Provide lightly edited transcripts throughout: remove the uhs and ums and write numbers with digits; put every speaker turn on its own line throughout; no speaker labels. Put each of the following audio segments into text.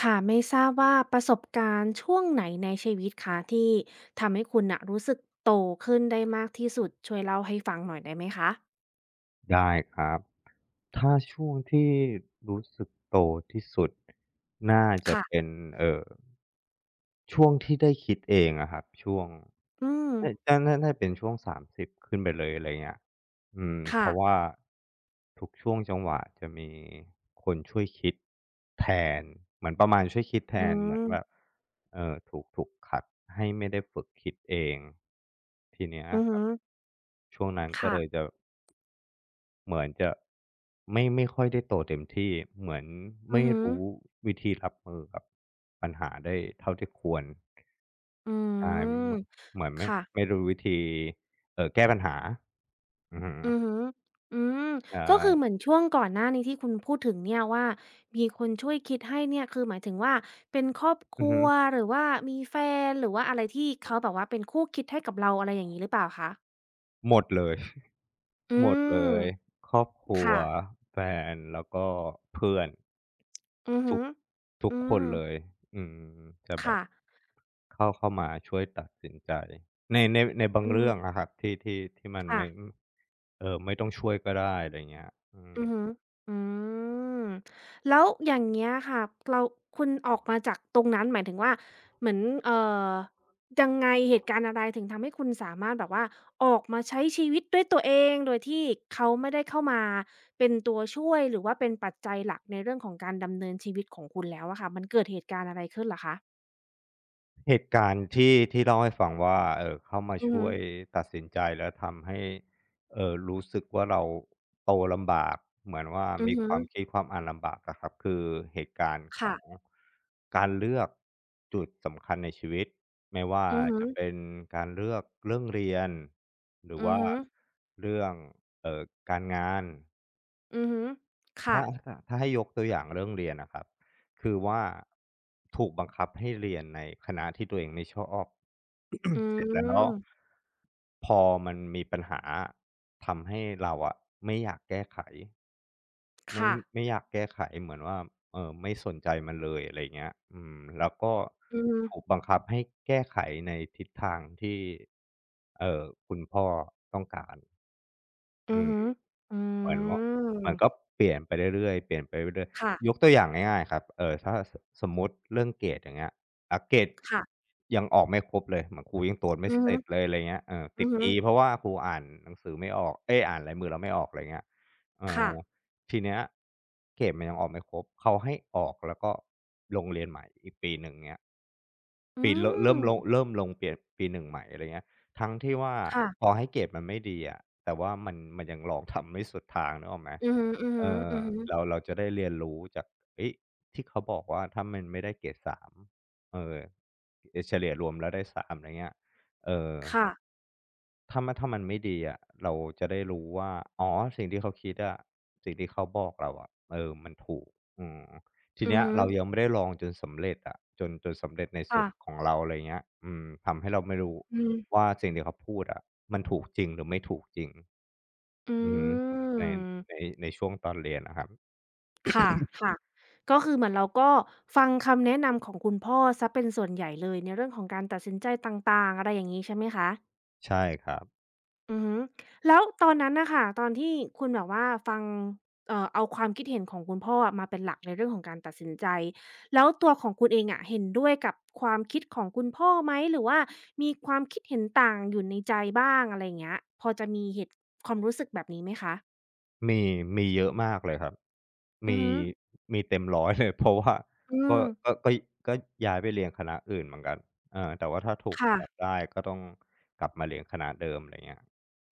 ค่ะไม่ทราบว่าประสบการณ์ช่วงไหนในชีวิตคะที่ทำให้คุณน่ะรู้สึกโตขึ้นได้มากที่สุดช่วยเล่าให้ฟังหน่อยได้ไหมคะ
ได้ครับถ้าช่วงที่รู้สึกโตที่สุดน่าจะเป็
ค่ะ
นเอ่อช่วงที่ได้คิดเองอะครับช่วง
อืม
น่าเป็นช่วงสามสิ0ขึ้นไปเลยอะไรเงี้ยอืมเพ
ค่ะ
ราะว่าทุกช่วงจังหวะจะมีคนช่วยคิดแทนเหมือนประมาณช่วยคิดแท
อื
นเหมือน
ม
แบบถูกขัดให้ไม่ได้ฝึกคิดเองทีเนี้ย
อือ
ค
ฮึ
รับช่วงนั้นก็
ค่ะ
เลยจะ เหมือนจะไม่ค่อยได้โตเต็มที่เหมือน
อื
ไม่
อฮึ
รู้วิธีรับมือกับปัญหาได้เท่าที่ควร
อื
ใช่เห
ม
มือนเหมือนไม่
ค่ะ
ไม่รู้วิธีแก้ปัญหาอือฮึ
อือฮึอืม
ใช
ก็คือเหมื
่
อนช่วงก่อนหน้านี้ที่คุณพูดถึงเนี่ยว่ามีคนช่วยคิดให้เนี่ยคือหมายถึงว่าเป็นครอบค
อือ
รั
ฮึ
วหรือว่ามีแฟนหรือว่าอะไรที่เขาแบบว่าเป็นคู่คิดให้กับเราอะไรอย่างงี้หรือเปล่าคะ
หมดเลย
อื
หมดเล
ม
ยครอบครัว
ค่ะ
แฟนแล้วก็เพื่อน
อือ
ทุ
ฮึ
กทุ
อื
กคน
ม
เลยอืมจะแบบ
ค่ะ
เข้ามาช่วยตัดสินใจในบาง
อื
เรื่
ม
องอะครับที่มัน
ค่ะ
ไม่ไม่ต้องช่วยก็ได้อะไรเงี้ยอืม
อือฮึอืมแล้วอย่างเงี้ยค่ะเราคุณออกมาจากตรงนั้นหมายถึงว่าเหมือนเอ่อยังไงเหตุการณ์อะไรถึงทำให้คุณสามารถแบบว่าออกมาใช้ชีวิตด้วยตัวเองโดยที่เขาไม่ได้เข้ามาเป็นตัวช่วยหรือว่าเป็นปัจจัยหลักในเรื่องของการดำเนินชีวิตของคุณแล้วอะค่ะมันเกิดเหตุการณ์อะไรขึ้นเหรอคะ
เหตุการณ์ที่เล่าให้ฟังว่าเข้ามา
อือ
ช่
ฮึ
วยตัดสินใจแล้วทำให้รู้สึกว่าเราโตลำบาก เหมือนว่า
อือ
มี
ฮึ
ความคิดความอ่านลำบากอะครับ คือเหตุการณ์ขอ
ค่ะ
งการเลือกจุดสำคัญในชีวิตไม่ว่า
อือฮึ
จะเป็นการเลือกเรื่องเรียนหรือ
อือ
ว่า
ฮึ
เรื่องเอ่อการงาน
อือฮึค่ะ
ถ้าให้ยกตัวอย่างเรื่องเรียนอะครับคือว่าถูกบังคับให้เรียนในคณะที่ตัวเองไม่ชอบ
อื
เสร็จแล้ว
ม
พอมันมีปัญหาอะทำให้เราอะไม่อยากแก้ไขไม่
ค่ะ
อยากแก้ไขเหมือนว่าไม่สนใจมันเลยอะไรเงี้ยอืมแล้วก็
อือฮึ
ถูกบังคับให้แก้ไขในทิศทางที่คุณพ่อต้องการ
อื
อื
อ
ม
ฮึอื
เหมือนว่ามัน
ม
ก็เปลี่ยนไปเรื่อยๆเปลี่ยนไปเรื่อย
ค่ะ
ๆยกตัวอย่างง่ายๆครับถ้าสมมุติเรื่องเกรดอย่างเงี้ยเกรด
ค่ะ
ยังออกไม่ครบเลยเหมือนครูยังตรวจไม่
อือ
เส
ฮึ
ร็จเลยอะไรเงี้ยเออ
อื
ติด
อฮึ
E เพราะว่าครูอ่านหนังสือไม่ออกเอ๊ยอ่านลายมือเราไม่ออกอะไรเงี้ยเอ่อ
ค่ะ
ทีเนี้ยเกรดมันยังออกไม่ครบเขาให้ออกแล้วก็ลงเรียนใหม่อีกปีหนึ่งเงี้ย
อื
ปีเลอ
ม
เริ่มลงเปลี่ยนปีหนึ่งใหม่อะไรเงี้ยทั้งที่ว่า
ค่ะ
ต่อให้เกรดมันไม่ดีอะแต่ว่ามันยังลองทำไม่สุดทางนึกออกไหม
อือฮึอือ
เอ
ฮึ
อ
อือฮึ
เราจะได้เรียนรู้จากเฮ้ยที่เขาบอกว่าถ้ามันไม่ได้เกรดสามเออเเฉลี่ยรวมแล้วได้สามอะไรเงี้ยเออ
ค่ะ
ถ้ามันไม่ดีอะเราจะได้รู้ว่าอ๋อสิ่งที่เขาคิดอะสิ่งที่เขาบอกเราอะเออมันถูกอืมที
อื
เนี้
อ
ย
ฮึ
เรายังไม่ได้ลองจนสำเร็จอะจนสำเร็จในสุ
ค่ะ
ดของเราอะไรเงี้ยอืมทำให้เราไม่รู้
อืม
ว่าสิ่งที่เขาพูดอะมันถูกจริงหรือไม่ถูกจริง
อื
อือฮึใน
ม
ในในช่วงตอนเรียนอะครับ
ค่ะค่ะก็คือเหมือนเราก็ฟังคำแนะนำของคุณพ่อเสียเป็นส่วนใหญ่เลยในเรื่องของการตัดสินใจต่างๆอะไรอย่างงี้ใช่ไหมคะ
ใช่ครับ
อือฮึแล้วตอนนั้นน่ะค่ะตอนที่คุณแบบว่าฟังเอาความคิดเห็นของคุณพ่ออะมาเป็นหลักในเรื่องของการตัดสินใจแล้วตัวของคุณเองอะเห็นด้วยกับความคิดของคุณพ่อไหมหรือว่ามีความคิดเห็นต่างอยู่ในใจบ้างอะไรอย่างเงี้ยพอจะมีเหตุความรู้สึกแบบนี้ไหมคะ
มีเยอะมากเลยครับ
อื
มี
อฮึ
มีเต็มร้อยเลย เพราะว่า
อื
ก็
ม
ก็ก็ก็ย้ายไปเรียนคณะอื่นเหมือนกันเออแต่ว่าถ้าถูกจับ
ค่ะ
ได้ก็ต้องกลับมาเรียนคณะเดิมอะไรเงี้ย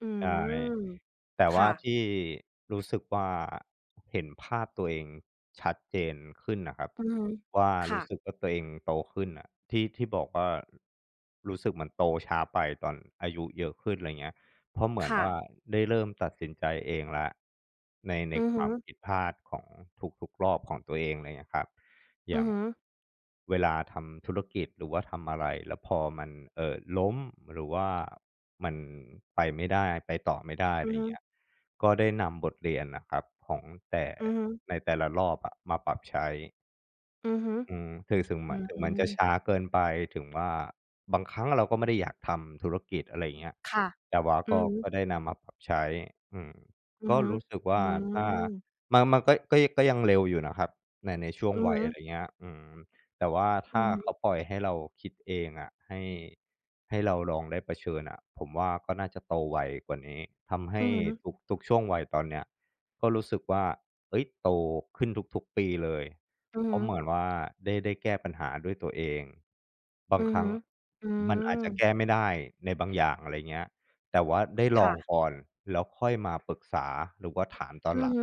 อื
ใช่
ม
แต่ว่า
ค่ะ
ที่รู้สึกว่าเห็นภาพตัวเองชัดเจนขึ้นน่ะครับ
อือฮึ
ว่า
ค่ะ
รู้สึกว่าตัวเองโตขึ้นน่ะที่บอกว่ารู้สึกเหมือนโตช้าไปตอนอายุเยอะขึ้นอะไรเงี้ย เพราะเหมือน
ค่ะ
ว่าได้เริ่มตัดสินใจเองแล้วใน
อือ
ค
ฮึ
วามผิดพลาดของทุกๆรอบของตัวเองไรเงี้ยครับอ
อื
ย่า
อ
ง
ฮึ
เวลาทำธุรกิจหรือว่าทำอะไรแล้วพอมันล้มหรือว่ามันไปไม่ได้ไปต่อไม่ได้
อื
ไร
อฮึ
เงี้ยก็ได้นำบทเรียนนะครับของแต่
อือฮึ
ในแต่ละรอบอะมาปรับใช้
อือฮึ
อืมถึงถึง
อื
มันถึงมัน
ม
จะช้าเกินไปถึงว่าบางครั้งเราก็ไม่ได้อยากทำธุรกิจอะไรอย่างเงี้ย
ค่ะ
แต่ว่า
อือฮึ
ก็ได้นำมาปรับใช้อืม
อือ
ก็
ฮึ
รู้สึก
อื
ว่าถ้า
ม
มันมันก็ยังเร็วอยู่นะครับในช่วง
อือ
วั
ฮึ
ยอะไรเงี้ยอืมแต่ว่า
อื
ถ้า
อฮึ
เขาปล่อยให้เราคิดเองอะให้เราลองได้เผชิญอะผมว่าก็น่าจะโตไวกว่านี้ทำให้
อือฮึ
ทุกช่วงวัยตอนเนี้ยก็รู้สึกว่าเฮ้ยโตขึ้นทุกๆปีเลย
อือฮึ
เขาเหมือนว่าได้แก้ปัญหาด้วยตัวเองบา
อื
งค
อ
รั้ง
ฮึ
ม
อื
มันอาจ
ม
จะแก้ไม่ได้ในบางอย่างอะไรเงี้ยแต่ว่าได้ลอง
ค่ะ
ก่อนแล้วค่อยมาปรึกษาหรือว่าถามตอน
อื
ห
อ
ลัง
ฮึ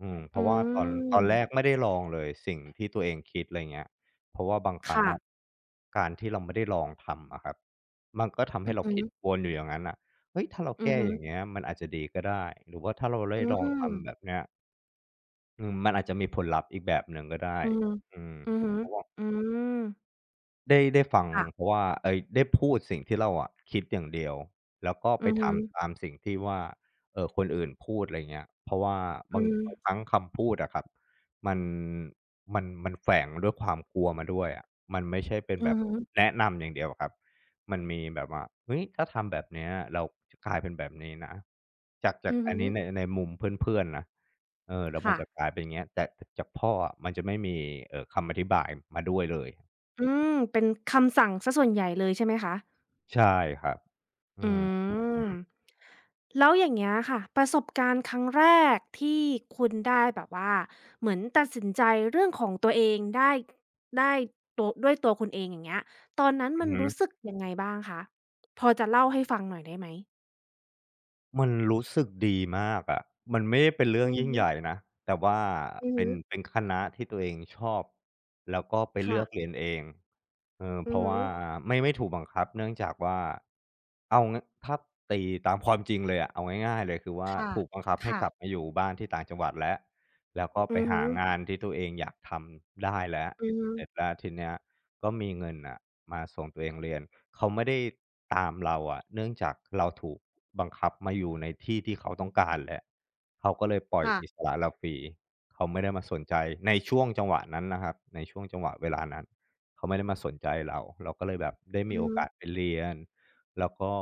อืมเพ
อื
ราะว่าตอนแรก
ม
ไม่ได้ลองเลยสิ่งที่ตัวเองคิดไรเงี้ยเพราะว่าบางครั้ง
ค่ะ
อะการที่เราไม่ได้ลองทำอะครับมันก็ทำ
อื
ให้
อ
เรา
ฮึ
คิดวนอยู่อย่างงั้นน่ะเฮ้ยถ้าเรา
อือ
แก้
ฮึ
อย่างเงี้ยมันอาจจะดีก็ได้หรือว่าถ้าเราได้
อื
ลอง
ม
ทำแบบเนี้ย อืมมันอาจจะมีผลลัพธ์อีกแบบหนึ่งก็ได้
อือฮึ
อืม
อือฮึ
เพราะว่า
อืม
ได้ฟังเพ
ค่ะ
ราะว่าเอ๊ยได้พูดสิ่งที่เราอะคิดอย่างเดียวแล้วก็
อื
ไป
อฮึ
ทำตามสิ่งที่ว่าคนอื่นพูดอะไรเงี้ยเพราะว่าบา
อื
ง
ม
บางครั้งคำพูดอะครับมันมันแฝงด้วยความกลัวมาด้วยอะมันไม่ใช่เป็น
อื
แบ
อ
บ
ฮึ
แนะนำอย่างเดียวอะครับมันมีแบบว่าเฮ้ยถ้าทำแบบเนี้ยเราจะกลายเป็นแบบนี้นะจากจา
อื
ก
อ
อั
ฮึ
นนี้ในมุมเพื่อนๆนะเออแล้วมัน
ค่ะ
จะกลายเป็นอย่างเงี้ยแต่จากพ่ออะมันจะไม่มีคำอธิบายมาด้วยเลย
อืม เป็นคำสั่งเสียส่วนใหญ่เลยใช่ไหมคะ
ใช่ครับอื
อื
มอือ
ม
ฮึ
แล้วอย่างเงี้ยค่ะประสบการณ์ครั้งแรกที่คุณได้แบบว่าเหมือนตัดสินใจเรื่องของตัวเองได้ได้ตัวด้วยตัวคุณเองอย่างเงี้ยตอนนั้น
อื
มั
อ
นรู้
ฮึ
สึกยังไงบ้างคะพอจะเล่าให้ฟังหน่อยได้ไหม
มันรู้สึกดีมากอะมันไม่ได้เป็นเรื่อง
อือ
ยิ่ง
ฮึ
ใหญ่นะ แต่ว่า
อือ
เป็
ฮึ
นเป็นคณะที่ตัวเองชอบ แล้วก็ไปเลื
ค่ะ
อกเรียนเองเออ
อื
เพ
อ
ราะ
ฮึ
ว่าไม่ถูกบังคับ เนื่องจากว่าเอางถ้าตีตามความจริงเลยอะเอาง่ายๆเลยคือว่า
ค่ะ
ถูกบังคับให้
ค่ะ
กลับมาอยู่บ้านที่ต่างจังหวัดแล้วแล้วก็
อื
ไป
อ
หา
ฮึ
งานที่ตัวเองอยากทำได้แล้ว
อือฮึ
เสร็จแล้วทีเนี้ยก็มีเงินน่ะมาส่งตัวเองเรียนเขาไม่ได้ตามเราอะเนื่องจากเราถูก บังคับมาอยู่ในที่ที่เขาต้องการแหละเขาก็เลยปล่อย
ค่ะ
อิสระเราฟรีเขาไม่ได้มาสนใจในช่วงจังหวะนั้นนะครับในช่วงจังหวะเวลานั้นเขาไม่ได้มาสนใจเรา เราก็เลยแบบได้
อื
มี
อ
โอ
ฮึ
กาสไปเรียน แล้วก็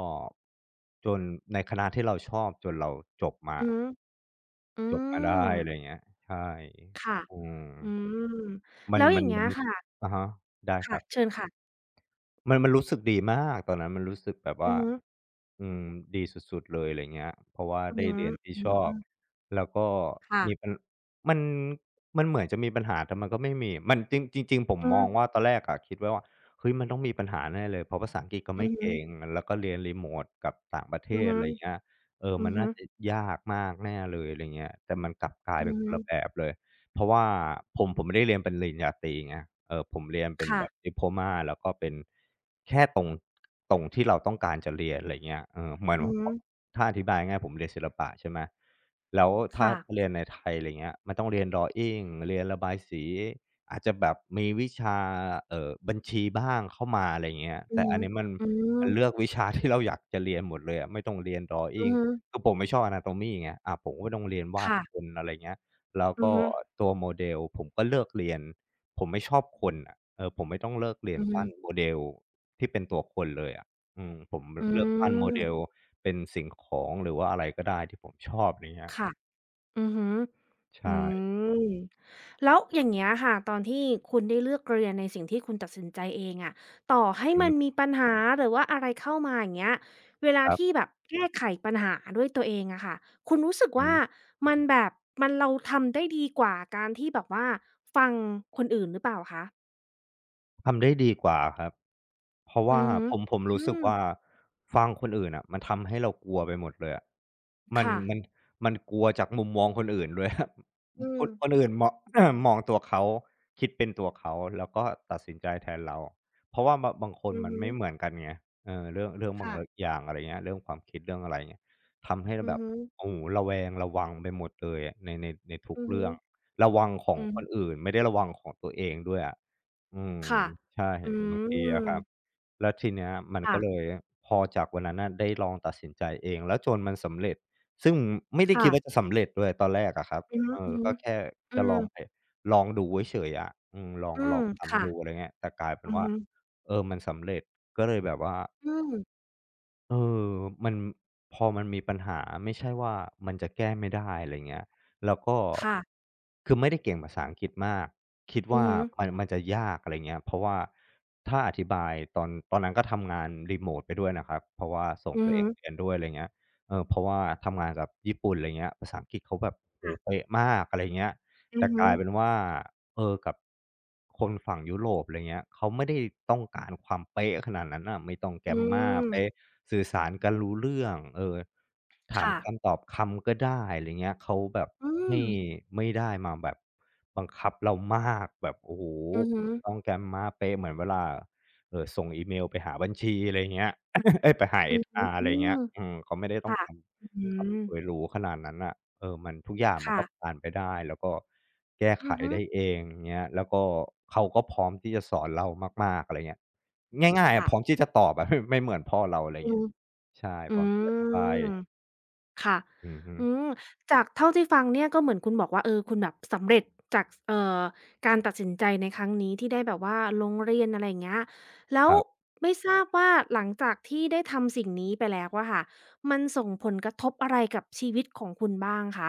จนในคณะที่เราชอบจนเราจบมา
อือฮึอื
จบมาได้
ม
อะไรอย่างเงี้ยใช่
ค่ะ
อืม
อืม
มัน
แล้วอ
มั
ย่า
น
งเงี้
มั
ย
นรู้สึ
ค่ะ
กอะฮะได้ค
ค่ะ
รับ
เชิญค่ะ
มันรู้สึกดีมากตอนนั้นมันรู้สึกแบบ
อื
ว่า
อฮึ
อืมดีสุดๆเลยอะไรเงี้ยเพราะว่า
อือ
ได้เรียนที่ชอบ
ฮึ
แล้วก็
ค่ะ
มีปัญมันมันเหมือนจะมีปัญหาแต่มันก็ไม่มีมันจริงจริงๆผม
อื
มอง
ม
ว่าตอนแรกอะคิดไว้ว่าเฮ้ยมันต้องมีปัญหาแน่เลยเพราะภาษาอังกฤษก็
อื
ไม่
อฮึ
เก่งแล้วก็เรียนรีโมตกับต่างประเท
อือ
ศ
ฮึ
อะไรเงี้ยเออ
อื
มั
อ
น
ฮึ
น่าจะยากมากแน่เลยอะไรเงี้ยแต่มันกลับกลาย
อื
เป็น
อ
คน
ฮึ
ละแบบเลย เพราะว่าผมไม่ได้เรียนเป็นปริญญาตรีไงผมเรียนเป็น
ค่ะ
แบบ Diploma แล้วก็เป็นแค่ตรงที่เราต้องการจะเรียนอะไรเงี้ยเออเหมือ
อื
น
อ
ว่าพ
ฮึ
ถ้าอธิบายง่ายๆผมเรียนศิลปะใช่ไหมแล้วถ้า
ค่ะ
เรียนในไทยอะไรเงี้ยมันต้องเรียน Drawing เรียนระบายสีอาจจะแบบมีวิชาบัญชีบ้างเข้ามาอะไรเงี้ย
อื
แต่
อ
อัน
ฮึ
นี้มัน
อื
มัน
ม
เลือกวิชาที่เราอยากจะเรียนหมดเลยอะไม่ต้องเรียน
อือ
Drawing
ฮึ
คือผมไม่ชอบ Anatomy ไงอาผมก็ไม่ต้องเรียนวาดค
ค่ะ
นอะไรเงี้ย แล้ว
อือ
ก็
ฮึ
ตัวโมเดลผมก็เลิกเรียนผมไม่ชอบคนอะเออผมไม่ต้องเลิกเรียน
อือฮึ
ปั้นโมเดลที่เป็นตัวคนเลยอะอืมผมล
อื
เลือกปั้นโม
ม
เดลเป็นสิ่งของหรือว่าอะไรก็ได้ที่ผมชอบไรเงี้ย
ค่ะอือฮึ
ใช
อื
่
มแล้วอย่างเงี้ยค่ะตอนที่คุณได้เลือกเรียนในสิ่งที่คุณตัดสินใจเองอะต่อให้
อือ
มัน
ฮึ
มีปัญหาหรือว่าอะไรเข้ามาอย่างเงี้ยเวลา
ครั
ที่
บ
แบบแก้ไขปัญหาด้วยตัวเองอะค่ะคุณรู้สึก
อื
ว่า
อ
มันแบบมันเราทำได้ดีกว่าการที่แบบว่าฟังคนอื่นหรือเปล่าคะ
ทำได้ดีกว่าครับเพราะ
อื
ว่า
อฮึ
ผม
อื
รู้สึก
ม
ว่าฟังคนอื่นอะมันทำให้เรากลัวไปหมดเลยอะมัน
ค่ะ
มันมันกลัวจากมุมมองคนอื่นด้วย ครับ
อื
ค
ม
นคนอื่นมอง มองตัวเขาคิดเป็นตัวเขาแล้วก็ตัดสินใจแทนเราเพราะว่าบางคน
อือ
มัน
ฮึ
ไม่เหมือนกันไงเออเรื่องบาง
ค่ะ
ลอย่างอะไรเงี้ยเรื่องความคิดเรื่องอะไรเงี้ยทำให้เรา
อื
แบ
อ
บ
ฮึ
โอ้โฮระแวงระวังไปหมดเลยอะในทุก
อือฮึ
เรื่องระวังของ
อื
คน
ม
อื่นไม่ได้ระวังของตัวเองด้วยอะ อืม
ค่ะ
ใช่
อื
บางทีอะ
ม
ครับแล้วทีเนี้ยมันก็
ค่ะ
เลยพอจากวันนั้นน่ะได้ลองตัดสินใจเองแล้วจนมันสำเร็จซึ่งไม่ได้คิดว่าจะ
ค่ะ
สำเร็จด้วยตอนแรกอะครับ
อืม
เอ
อ
อ
หืม
ก็แค่
ออื
จะ
ม
ลองไปลองดูเฉยๆอะอืมลอง
อื
ลอ
ม
งทำ
ค่ะ
ดูอะไรเงี้ยแต่กลายเป็น
อือ
ว่า
ฮึ
เออมันสำเร็จก็เลยแบบว่า
อืม
เออมันพอมันมีปัญหาไม่ใช่ว่ามันจะแก้ไม่ได้อะไรเงี้ยแล้วก็
ค่ะ
คือไม่ได้เก่งภาษาอังกฤษมากคิด
อือ
ว่า
ฮึ
มันมันจะยากอะไรเงี้ยเพราะว่าถ้าอธิบายตอนนั้นก็ทำงานรีโมตไปด้วยนะครับเพราะว่าส่ง
อือ
ตัวเอ
ฮึ
งเรียนด้วยอะไรเงี้ยเออเพราะว่าทำงานกับญี่ปุ่นอะไรเงี้ยภาษาอังกฤษเขาแบบโอ้โฮ
ค่ะ
เป๊ะมากอะไรเงี้ย
อื
แต่
อ
ก
ฮึ
ลายเป็นว่า เออกับคนฝั่งยุโรปอะไรเงี้ยเขาไม่ได้ต้องการความเป๊ะขนาดนั้นน่ะไม่ต้อง
อื
Grammar
ม
เป๊ะสื่อสารกันรู้เรื่องเออถาม
ค่ะ
คำตอบคำก็ได้อะไรเงี้ยเขาแบบ
อืม
ไม่ไม่ได้มาแบบบังคับเรามากแบบโอ้โฮ
อือ
คุ
ฮึ
ณจะต้อง Grammar เป๊ะเหมือนเวลาส่งอีเมลไปหาบัญชีอะไรเงี้ย เอ๊ยไปหา
อือฮึ
HR อะ
อื
ไร
ม
เงี้ยอืมเขาไม่ได้ต้อง
ค่ะ
ค
อื
ำ
ม
คำสวยหรูขนาดนั้นน่ะ เออมันทุกอย่างมัน
ค่ะ
ก็ผ่านไปได้แล้วก็แก้ไข
อือฮึ
ได้เองเงี้ยแล้วก็เขาก็พร้อมที่จะสอนเรามากๆอะไรเงี้ยง่ายๆอะ
ค่ะ
พร้อมที่จะตอบอะ ไม่เหมือนพ่อเราอะไร
อื
เงี้
ม
ยใช่
อื
พร้อมที่จะอธิบาย
ม ค่ะ
อือฮึ
อืมจากเท่าที่ฟังเนี่ยก็เหมือนคุณบอกว่าเออคุณแบบสำเร็จจากการตัดสินใจในครั้งนี้ที่ได้แบบว่าลงเรียนอะไรอย่างเงี้ยแล้
ค
ว
รับ
ไม่ทราบว่าหลังจากที่ได้ทำสิ่งนี้ไปแล้วอะค่ะ มันส่งผลกระทบอะไรกับชีวิตของคุณบ้างคะ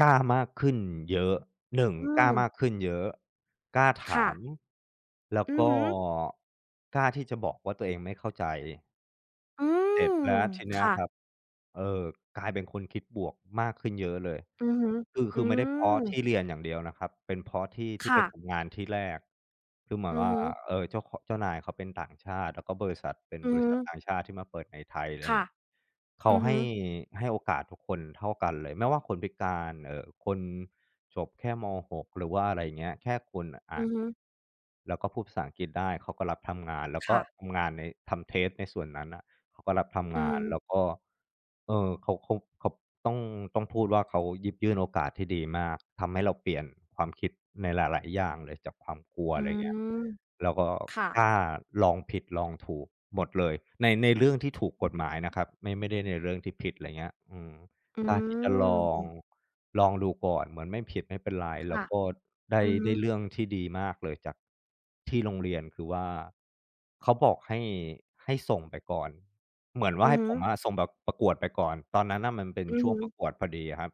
กล้ามากขึ้นเยอะหนึ่ง
อื
กล้า
ม
มากขึ้นเยอะกล้าถา
ค่ะ
มแล้ว
อือ
ก็
ฮึ
กล้าที่จะบอกว่าตัวเองไม่เข้าใจ
อื
เสร็จ
ม
แล้วทีเนี้ย
ค่ะ
ครับเออกลายเป็นคนคิดบวกมากขึ้นเยอะเลย
อือฮึ
คือ
อื
คือไม่ได้เพ
ม
ราะที่เรียนอย่างเดียวนะครับเป็นเพราะที่ไป
ค่ะ
ทำงานที่แรกคือเหมือน
อือ
ว่า
ฮึ
เอ่อเจ้านายเขาเป็นต่างชาติแล้วก็บริษัทเป็น
อื
บ
อ
ริ
ฮึ
ษัทต่างชาติที่มาเปิดในไทยอะไร
ค่ะ
เงี้ยเขา
อือฮึ
ให้ให้โอกาสทุกคนเท่ากันเลยไม่ว่าคนพิการเอ่อคนจบแค่มหกหรือว่าอะไรเงี้ยแค่คุณ
อื
อ่าน
อฮึ
แล้วก็พูดภาษาอังกฤษได้เขาก็รับทำงานแล้วก็
ค่ะ
ทำงานในทำเทสในส่วนนั้นน่ะ เขาก็รับทำ
อื
งานแล้ว
ม
ก็ เออเขาต้องต้องพูดว่าเขาหยิบยื่นโอกาสที่ดีมากทำให้เราเปลี่ยนความคิดในหลายๆอย่างเลยจากความกลัว
อื
อะไรเงี้ย
ม
แล้วก็
ค่ะ
กล้าลองผิดลองถูกหมดเลยในเรื่องที่ถูกกฎหมายนะครับไม่ได้ในเรื่องที่ผิดอะไรเงี้ยอืม
อื
กล้าที่จะลอง
ม
ลองดูก่อนเหมือนไม่ผิดไม่เป็นไรแล้ว
ค่ะ
ก็ได้
อือฮึ
ได้เรื่องที่ดีมากเลยจากที่โรงเรียนคือว่าเขาบอกให้ส่งไปก่อนเหมือนว่า
อือ
ให้
ฮึ
ผมอะส่งแบบประกวดไปก่อนตอนนั้นน่ะมันเป็น
อือ
ช่วง
ฮึ
ประกวดพอดีอะครับ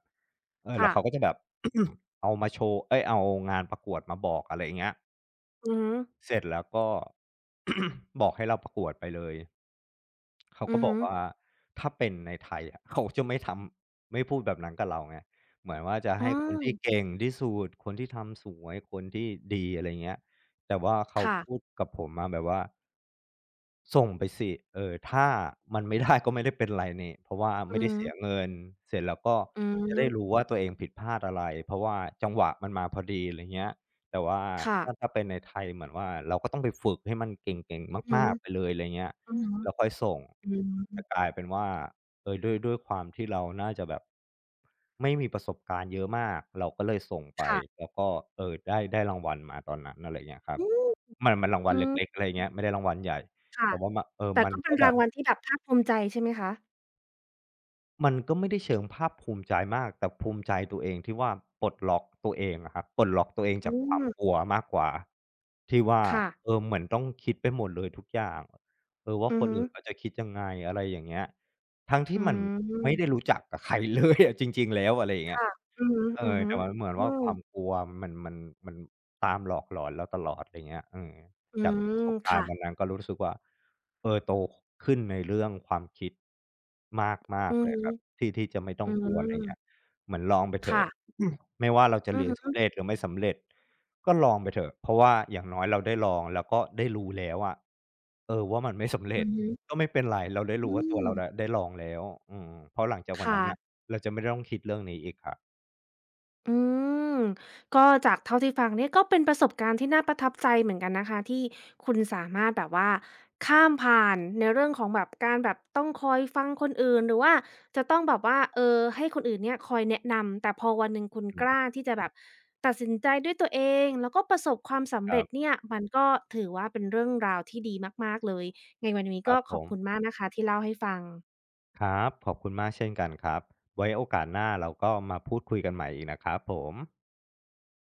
เออแล้ว
ค่ะ
เขาก็จะแบบ เอามาโชว์เอ๊ยเอางานประกวดมาบอกอะไรอย่างเงี้ย
อือฮึ
เสร็จแล้วก็ บอกให้เราประกวดไปเลย เขาก็
อือ
บอ
ฮึ
กว่าถ้าเป็นในไทยอะ เขาจะไม่ทำไม่พูดแบบนั้นกับเราไงเหมือนว่าจะ
อ๋อ
ให้คนที่เก่งที่สุดคนที่ทำสวยคนที่ดีอะไรเงี้ยแต่ว่าเขา
ค่ะ
พูดกับผมมาแบบว่า ส่งไปสิเออถ้ามันไม่ได้ก็ไม่ได้เป็นไรนี่เพราะว่า
อื
ไม่
อ
ได้
ฮึ
เสียเงินเสร็จแล้วก็
อื
จะได้รู้
ม
ว่าตัวเองผิดพลาดอะไรเพราะว่าจังหวะมันมาพอดีอะไรเงี้ยแต่ว่า
ค่ะ
ถ้าเป็นในไทยเหมือนว่าเราก็ต้องไปฝึกให้มันเก่ง
อือ
ๆ
ฮึ
มากๆไปเลยอะไรเงี้ย
อือฮึ
แล้วค่อยส่ง
อืม
แต่กลายเป็นว่าเออด้วยความที่เราน่าจะแบบไม่มีประสบการณ์เยอะมากเราก็เลยส่งไป
ค่ะ
แล้วก็เออได้รางวัลมาตอนนั้นอะไรเงี้ยครับ
อืม
มันมันรางวัล
อืม
เล็กๆอะไรเงี้ยไม่ได้รางวัลใหญ่ ผ
ค่ะ
มว่าเออ
แต่
มัน
ก็เป็
ก็
น
แบ
ราง
บ
วัลที่แบบภาคภูมิใจใช่ไหมคะ
มันก็ไม่ได้เชิงภาคภูมิใจมากแต่ภูมิใจตัวเองที่ว่าปลดล็อกตัวเองอะครับปลดล็อกตัวเอง
อื
จากควา
ม
มกลัวมากกว่าที่ว่า
ค่ะ
เออเหมือนต้องคิดไปหมดเลยทุกอย่างเออว่า
อื
ค
อ
น
ฮึ
อื่นเขาจะคิดยังไงอะไรอย่างเงี้ยทั้งที่
อื
มันไม่ได้รู้
ม
จักกับใคร เลยอะจริงๆแล้วอะไรอย่างเงี้ย
ค่ะอือฮึ
เอ
อือ
อ
ฮึ
แต่มันเหมือน
อื
ว่าค
ม
วามกลัวมันมันมันตามหลอกหลอนเราตลอดอะไรเงี้ยอืม
อื
จากประส
ม
บการ
ค่ะ
ณ์วันนั้นก็รู้สึกว่าเออโตขขึ้นในเรื่องความคิดมาก
อื
ๆ
อ
เลย
ฮึ
ครับที่จะไม่ต้อง
อื
กลัวอะไรเงี้ย
ม
เหมือนลองไปเถอะ
ค่ะ
ไม่ว่าเราจะ
อือ
เรียน
ฮึ
สำเร็จหรือไม่สำเร็จก็ลองไปเถอะเพราะว่าอย่างน้อยเราได้ลองแล้วก็ได้รู้แล้วอะเออว่ามันไม่สำเร็
อื
จ
อฮึ
ก็ไม่เป็นไรเราได้
อื
รู้ว่าตัวเราได้
ม
ได้ลองแล้วอืมเพราะหลังจากวันนั้นน่ะ
ค่ะ
เราจะไม่ต้องคิดเรื่องนี้อีกครับ
อืมก็จากเท่าที่ฟังเนี่ยก็เป็นประสบการณ์ที่น่าประทับใจเหมือนกันนะคะที่คุณสามารถแบบว่าข้ามผ่านในเรื่องของแบบการแบบต้องคอยฟังคนอื่นหรือว่าจะต้องแบบว่าเออให้คนอื่นเนี่ยคอยแนะนำแต่พอวันหนึ่งคุณ
อื
กล้า
ม
ที่จะแบบตัดสินใจด้วยตัวเองแล้วก็ประสบความสำ
ครั
เร็จ
บ
เนี่ยมันก็ถือว่าเป็นเรื่องราวที่ดีมากๆเลยไงวัน
ค
นี้
รั
ก็
บผ
ขอบ
ม
คุณมากนะคะที่เล่าให้ฟัง
ครับขอบคุณมากเช่นกันครับไว้โอกาสหน้าเราก็มาพูดคุยกันใหม่อีกนะครับผม